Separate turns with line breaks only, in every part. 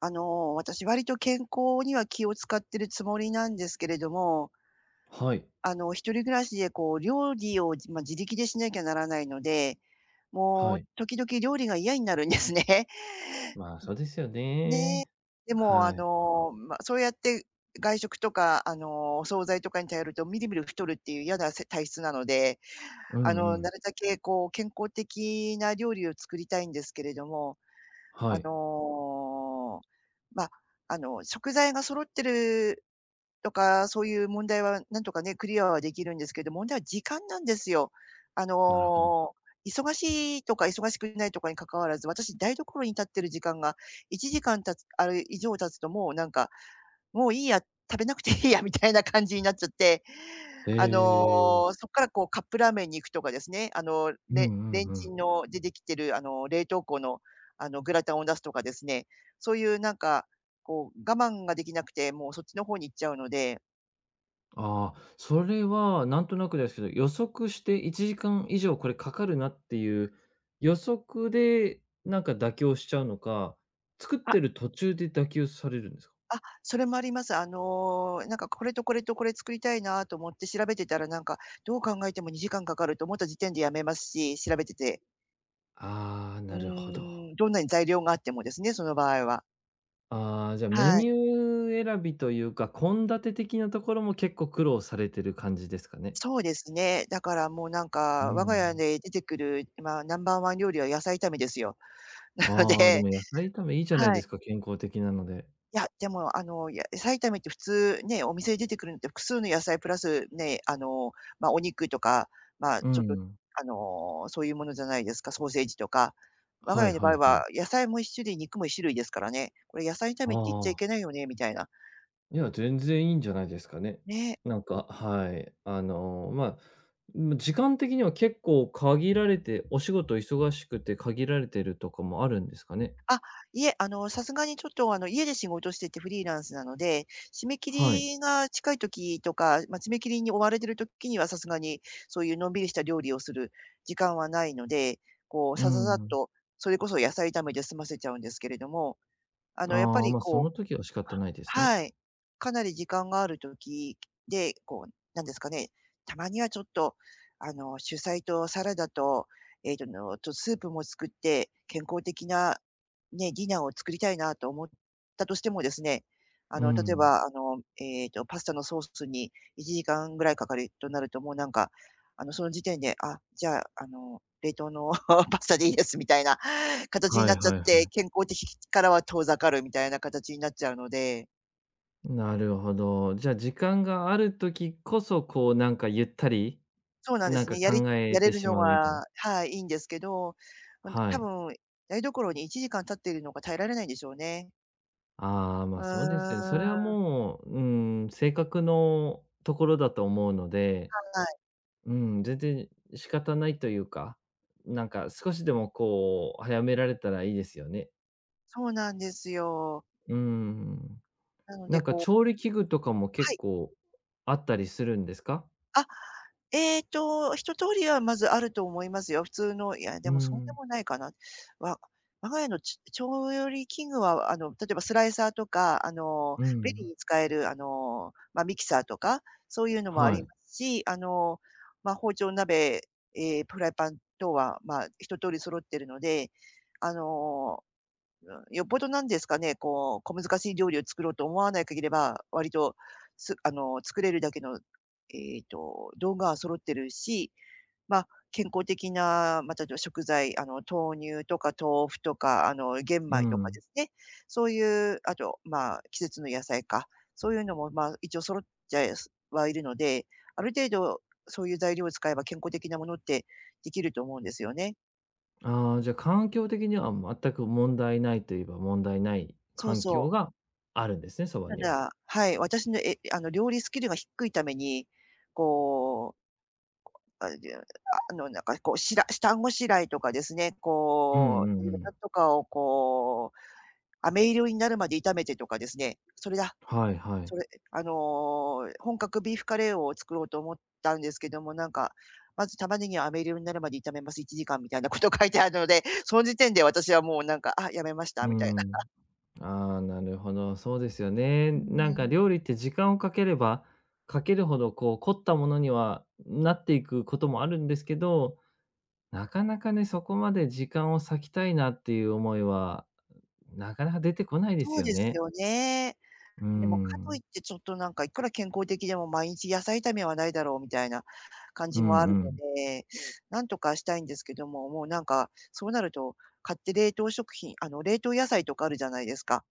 私割と健康には気を使ってるつもりなんですけれども、
はい。
一人暮らしでこう料理を、自力でしなきゃならないので、も
は
う
い。
時々料理が嫌になるんですね。
まあ、そうですよ
ね。
ね。
でも、
はい。
そうやって外食とか、お惣菜とかに頼るとみるみる太るっていう嫌なせ体質なので、
うんう
な
ん。
るたけこう健康的な料理を作りたいんですけれども、あ
はい。
の、ま、あの、食材が揃ってるとか、そういう問題はなんとかね、クリアはできるんですけど、問題は時間なんですよ。あ
なるほど。
の、忙しいとか忙しくないとかに関わらず、私台所に立ってる時間が1時間経つ、あれ以上経つともうなんか、もういいや、食べなくていいやみたいな感じになっちゃって、
え
あの、
え。
そっからこうカップラーメンに行くとかですね、
うんう
レ
ん
ン
う
チ
ん。
ンのでできてる冷凍庫のグラタンを出すとかですね、そういうなんか、こう我慢ができなくて、もうそっちの方に行っちゃうので。
ああ、それはなんとなくですけど、予測して1時間以上これかかるなっていう予測で、なんか妥協しちゃうのか、作っ
あ、
てる途中で妥協されるんですか？
それもあります。なんかこれとこれとこれ作りたいなと思って調べてたら、なんか、どう考えても2時間かかると思った時点でやめますし、調べてて。
ああー、
う
なるほど。
ーん、どんなに材料があってもですね、その場合は。
ああ、じゃ、あメ
はい。
ニュー選びというか、献立的なところも結構苦労されてる感じですかね？
そうですね。だからもうなん
う
か、我が家
ん。
で出てくる、まあ、ナンバーワン料理は野菜炒めですよ。なの
ああ、で
で、
も野菜炒めいいじゃない
は
で
い。
すか、健康的なので。
いや、でも、野菜炒めって普通ね、お店に出てくるのって複数の野菜プラスね、お肉とか、ま、
う
ちょっと、
ん。
あの、そういうものじゃないですか、ソーセージとか。我が
は
家
い
の場
は
合
いはい。
は野菜も一種類、肉も一種類ですからね。これ野菜炒
あ
めって言っちゃい
あ、
けないよねみたいな。
いや、全然いいんじゃないですかね。
ね。
なんか、はい。まあ、ま時間的には結構限られて、お仕事忙しくて限られてるとかもあるんですかね？
あ、いえ、さすがにちょっと、家で仕事しててフリーランスなので、締め切
はい。
りが近い時とか、締め切りに追われてる時にはさすがに、そういうのんびりした料理をする時間はないので、こう、
う
ささっ
ん。
と、それこそ野菜炒めで済ませちゃうんですけれども、あの、やっぱ
ああ、
り
まあ、そ
こう
の時は仕方ないですね。
はい。かなり時間がある時で、こう、なんですかね、たまにはちょっと、主菜とサラダと、えっとのと、スープも作って、健康的な、ね、ディナーを作りたいなと思ったとしてもですね、
う
例え
ん。
ば、パスタのソースに1時間ぐらいかかるとなると、もうなんか、その時点で、あ、じゃあ、冷凍の パスタでいいですみたいな形に
は
な
い
っちゃっ
はいは
て、
い。
健康的からは遠ざかるみたいな形になっちゃうので。
なるほど。じゃあ、時間がある時こそ、こう、なんかゆったり、
そうなんで
なん
す
か
ね。
考え
やれ
て
る
し
の
まうみたいな。
が、はい、いいんですけど、うん、
は
多
い。
分台所に1時間立っているのが耐えられないんでしょうね。
ああ、
うーん、
ま、そうですよね。それは
は
もう、うん、性格のところだと思うので、
い、
うん、全然仕方ないというか、なんか少しでもこう、早められたらいいですよね。
そうなんですよ。
うん。
なので、
なんか
こう、
調理器具とかも
は
結
い。
構あったりするんですか？
あ、えっと、一通りはまずあると思いますよ。普通の、いや、
う
でもそんで
ん、
もないかな。わ我が家の調理器具は、例えばスライサーとか、
う
便利
ん、
に使える、ミキサーとか、そういうのもあ
は
りま
い、
すし、包丁、鍋、ええ、フライパン等は、一通り揃ってるので、あのうん、よっぽどなんですかね、こう、小難しい料理を作ろうと思わない限りは、割と、作れるだけの、道具は揃ってるし、まあ、健康的な、また、食材、豆乳とか豆腐とか、玄
う
米とかで
ん。
すね、そういう、あと、まあ、季節の野菜か、そういうのも、まあ、一応揃っちゃい、はいるので、ある程度そういう材料を使えば健康的なものってできると思うんですよね。
ああ、じゃ、環境的には全く問題ないといえば問題ない
そう
環境
そう。
があるんですね、そば
た
には。
だ、はい、私の、え、料理スキルが低いために、こう、あ、で、あなんか、こう、下ごしらえとかですね、
うんう
こ
ん
う、
う
なん
ん。
とかを、こう、飴色になるまで炒めてとかですね、
はいは
そ
い。
れ、本格ビーフカレーを作ろうと思ったんですけども、なんか、まず玉ねぎを飴色になるまで炒めます、1時間みたいなこと書いてあるので、その時点で私はもうなんか、あ、やめました
う
みたいな。
ん。ああ、なるほど、そうですよね。
うー
なんか
ん。
料理って時間をかければ、かけるほどこう凝ったものにはなっていくこともあるんですけど、なかなかね、そこまで時間を割きたいなっていう思いは、なかなか出てこないで
そ
す
う
よ
です
ね。
よね。
う
でも、かといっ
ん。
てちょっとなんかいくら健康的でも毎日野菜炒めはないだろうみたいな感
う
じもあ
ん
る
う
の
ん。
で、なんとかしたいんですけども、もうなんか、そうなると買って冷凍食品、冷凍野菜とかあるじゃないですか。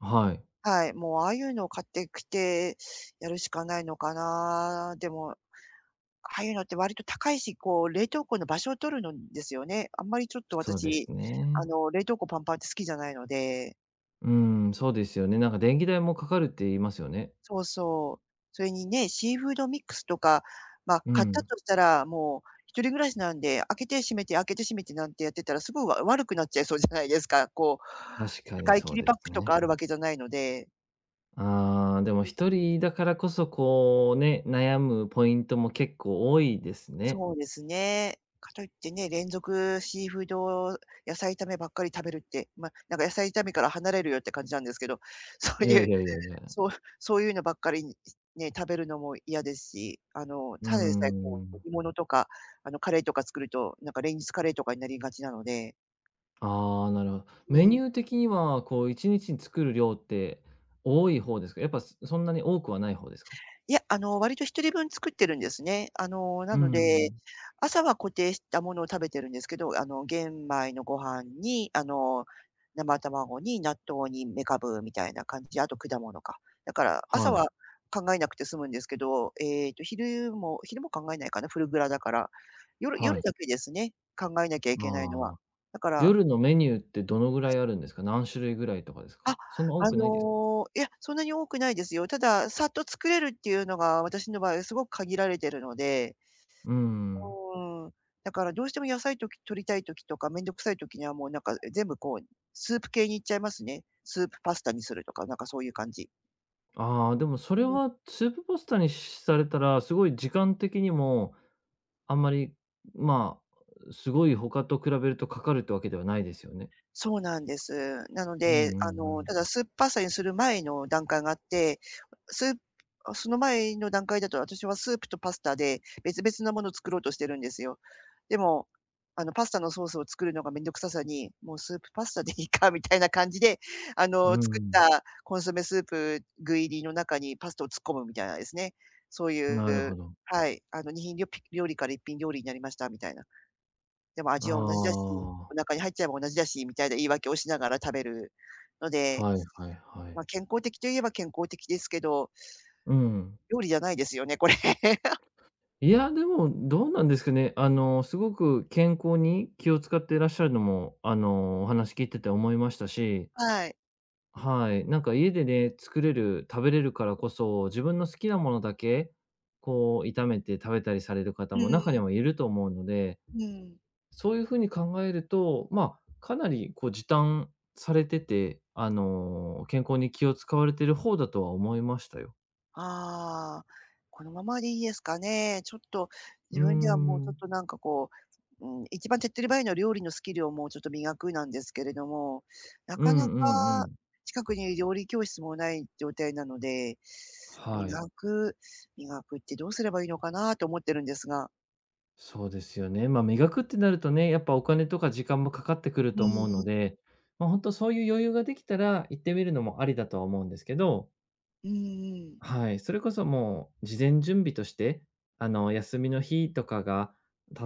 はい。
はい、もうああいうのを買ってきてやるしかないのかな。でも、ああいうのって割と高いし、こう冷凍庫の場所を取るんですよね。あんまりちょっと
そうです
私、
ね。
冷凍庫パンパンって好きじゃないので。
うん、そうですよね。なんか電気代もかかるって言いますよね。
そうそう。それにね、シーフードミックスとか、まあ、
う
買った
ん、
としたら、もう一人暮らしなんで、開けて閉めて、開けて閉めてなんてやってたら、すごい悪くなっちゃいそうじゃないですか。こう、
確か
使
に
い切
そう
り
で
パ
す
ックと
ね。
かあるわけじゃないので。
ああ、でも一人だからこそ、こうね、悩むポイントも結構多いですね。
そうですね。かといってね、連続シーフード野菜炒めばっかり食べるって、まあ、なんか野菜炒めから離れるよって感じなんですけど、そう
いや
い
い
う
やいやいや。
そう、そういうのばっかりに、ね、食べるのも嫌ですし、
うー
ただでさえこう
ん。
煮物とか、カレーとか作ると、なんかレンジスカレーとかになりがちなので、
ああ、なるほど。
う
メニ
ん。
ュー的には、こう1日に作る量って多い方ですか？やっぱ、すそんなに多くはない方ですか？
いや、割と一人分作ってるんですね。な
うー
ので、
ん。
朝は固定したものを食べてるんですけど、玄米のご飯に、生卵に納豆にめかぶみたいな感じ、あと果物か。だから、朝
はい。
は考えなくて済むんですけど、えっと、昼も考えないかな、フルグラだから。
は
夜
い。
だけですね、考えなきゃいけないのは。
ああ。
だから、
夜のメニューってどのぐらいあるんですか？何種類ぐらいとかです
あ、
か？そんな多くないですか？
いや、そんなに多くないですよ。ただ、さっと作れるっていうのが、私の場合すごく限られてるので、
うーん。
うん。だからどうしても野菜取りたい時とか、めんどくさい時にはもうなんか全部こう、スープ系に行っちゃいますね。スープパスタにするとか、なんかそういう感じ。
ああ、でもそ
う
れ
ん。
はスープパスタにしされたら、すごい時間的にもあんまり、まあ、すごい他と比べるとかかるってわけではないですよね。
そうなんです。なの
うんう
で、
んう
た
ん。
だ酸っぱさにする前の段階があって、スープその前の段階だと、私はスープとパスタで別々なものを作ろうとしてるんですよ。でも、パスタのソースを作るのがめんどくささに、もうスープパスタでいいかみたいな感じで、
うんう
作っ
ん。
たコンソメスープ具入りの中にパスタを突っ込むみたいなですね。そう
なる
いう。
ほど。
はい、2品りょぴ料理から1品料理になりましたみたいな。でも
あ
味は同じだし、お
あ、
腹に入っちゃえば同じだしみたいな言い訳をしながら食べるので、
はいはいは
ま、
い。
健康的といえば健康的ですけど、
うん。
料理じゃないですよね、これ。
いや、でもどうなんですかね。すごく健康に気を使っていらっしゃるのも、お話聞いてて思いましたし、
はい。
はい。なんか家でね、作れる、食べれるからこそ、自分の好きなものだけ、こう炒めて食べたりされる方
う
も
ん、
中にはいると思うので、
うん。
そういうふうに考えると、まあ、かなりこう時短されてて、健康に気を使われてる方だとは思いましたよ。
ああ、このままでいいですかね。ちょっと
うー
自分ではもうちょっ
ん。
となんかこう、うん、一番手っ取り早いのは料理のスキルをもうちょっと磨くなんですけれども、な
う
かな
んうんう
か
ん。
近くに料理教室もない状態なので、
はい。
磨く磨くってどうすればいいのかなと思ってるんですが。
そうですよね。まあ、磨くってなるとね、やっぱお金とか時間もかかってくる
うん
と思うの
う
で、ま、あ本当そういう余裕ができたら行ってみるのもありだとは思うんですけど、
ん。うん、
はい、それこそもう事前準備として、休みの日とかが、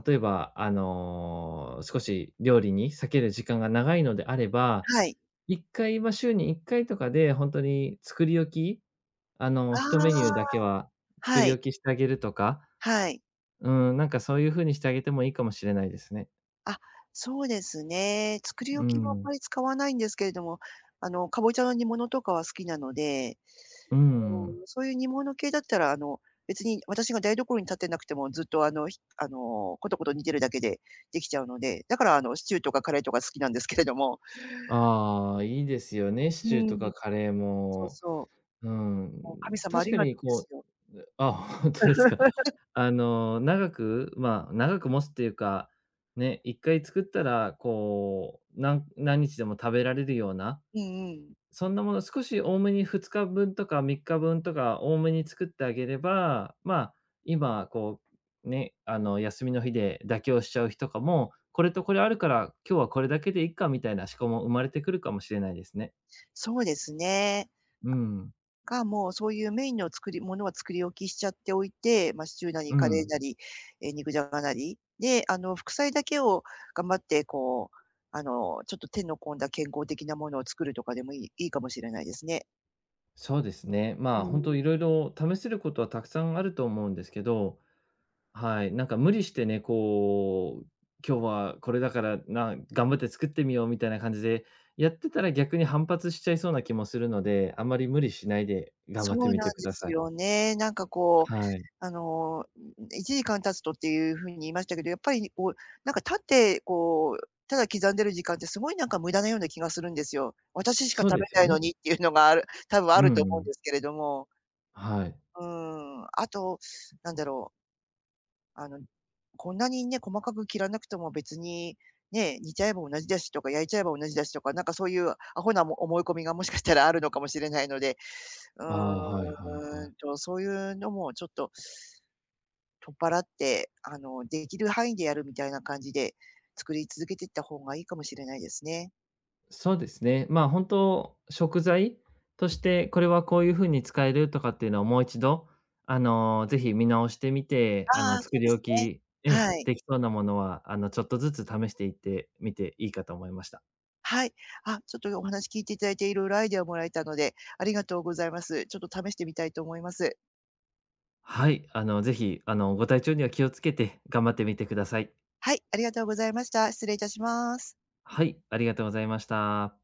例えば、少し料理に割ける時間が長いのであれば、
はい。
一回、ま、週に一回とかでほんとに作り置き、
あ
1メニューだ
あ、
けは作
は
り
い、
置きしてあげるとか、
はい。
うん、なんかそういう風にしてあげてもいいかもしれないですね。
あ、そうですね。作り
う
置きはあん
ん。
まり使わないんですけれども、かぼちゃの煮物とかは好きなので、
う
あの、
ん。
そういう煮物系だったら、別に私が台所に立ってなくてもずっと、あの、ひあの、コトコト煮てるだけでできちゃうので、だから、シチューとかカレーとか好きなんですけれども。
ああ、いいですよね、シ
う
チューと
ん、
かカレー
そう
も。
そう。
うん、
もう神様あ
確
り
か
がと
に
うです
こ
よ。
う、あ、本当ですか。長く、まあ、長く持つっていうか、ね、一回作ったら、こう、なん何日でも食べられるような、
うんうん。
そんなもの少し多めに2日分とか3日分とか多めに作ってあげれば、まあ、今こう、ね、休みの日で妥協しちゃう日とかも、これとこれあるから、今日はこれだけでいいかみたいな思考も生まれてくるかもしれないですね。
そうですね。
うん、
が、もうそういうメインの作りものは作り置きしちゃっておいて、ま、シチューな
う
りカレー
ん。
なり、肉じゃがなり、で、副菜だけを頑張って、こう、ちょっと手の込んだ健康的なものを作るとかでもいいかもしれないですね。
そうですね。
う
まあ、
ん。
本当いろいろ試せることはたくさんあると思うんですけど、はい、なんか無理してね、こう、今日はこれだからな、頑張って作ってみようみたいな感じで、やってたら逆に反発しちゃいそうな気もするので、あまり無理しないで頑張
そ
って
う
み
な
て
ん
く
で
ださ
す
い。
よね。なんかこう、
はい。
1時間経つとっていう風に言いましたけど、やっぱりこう、なんか立ってこう、ただ刻んでる時間ってすごいなんか無駄なような気がするんですよ。私しか
そう
食べ
ですよ
ないの
ね。
にっていうのがある多分あ
う
る
ん
と
う
思うん
ん。
ですけれども。
はい。
うーあと、なんだろう、あの、こんなにね、細かく切らなくても別に、ね、煮ちゃえば同じだしとか焼いちゃえば同じだしとか、なんかそういうアホな思い込みがもしかしたらあるのかもしれないので。う
ああ、はいはいはい。
そういうのもちょっと取っ払って、できる範囲でやるみたいな感じで、作り続けていった方がいいかもしれないですね。
そうですね。まあ、本当、食材として、これはこういう風に使えるとかっていうのをもう一度、ぜひ見直してみて、
ああ、そ
作
うで
り
す
置
ね。
きええ、
はい。
できそうなものは、ちょっとずつ試していってみていいかと思いました。
はい。あ、ちょっとお話聞いていただいて、いろいろアイデアをもらえたので、ありがとうございます。ちょっと試してみたいと思います。
はい、ぜひ、ご体調には気をつけて頑張ってみてください。
はい、ありがとうございました。失礼いたします。
はい、ありがとうございました。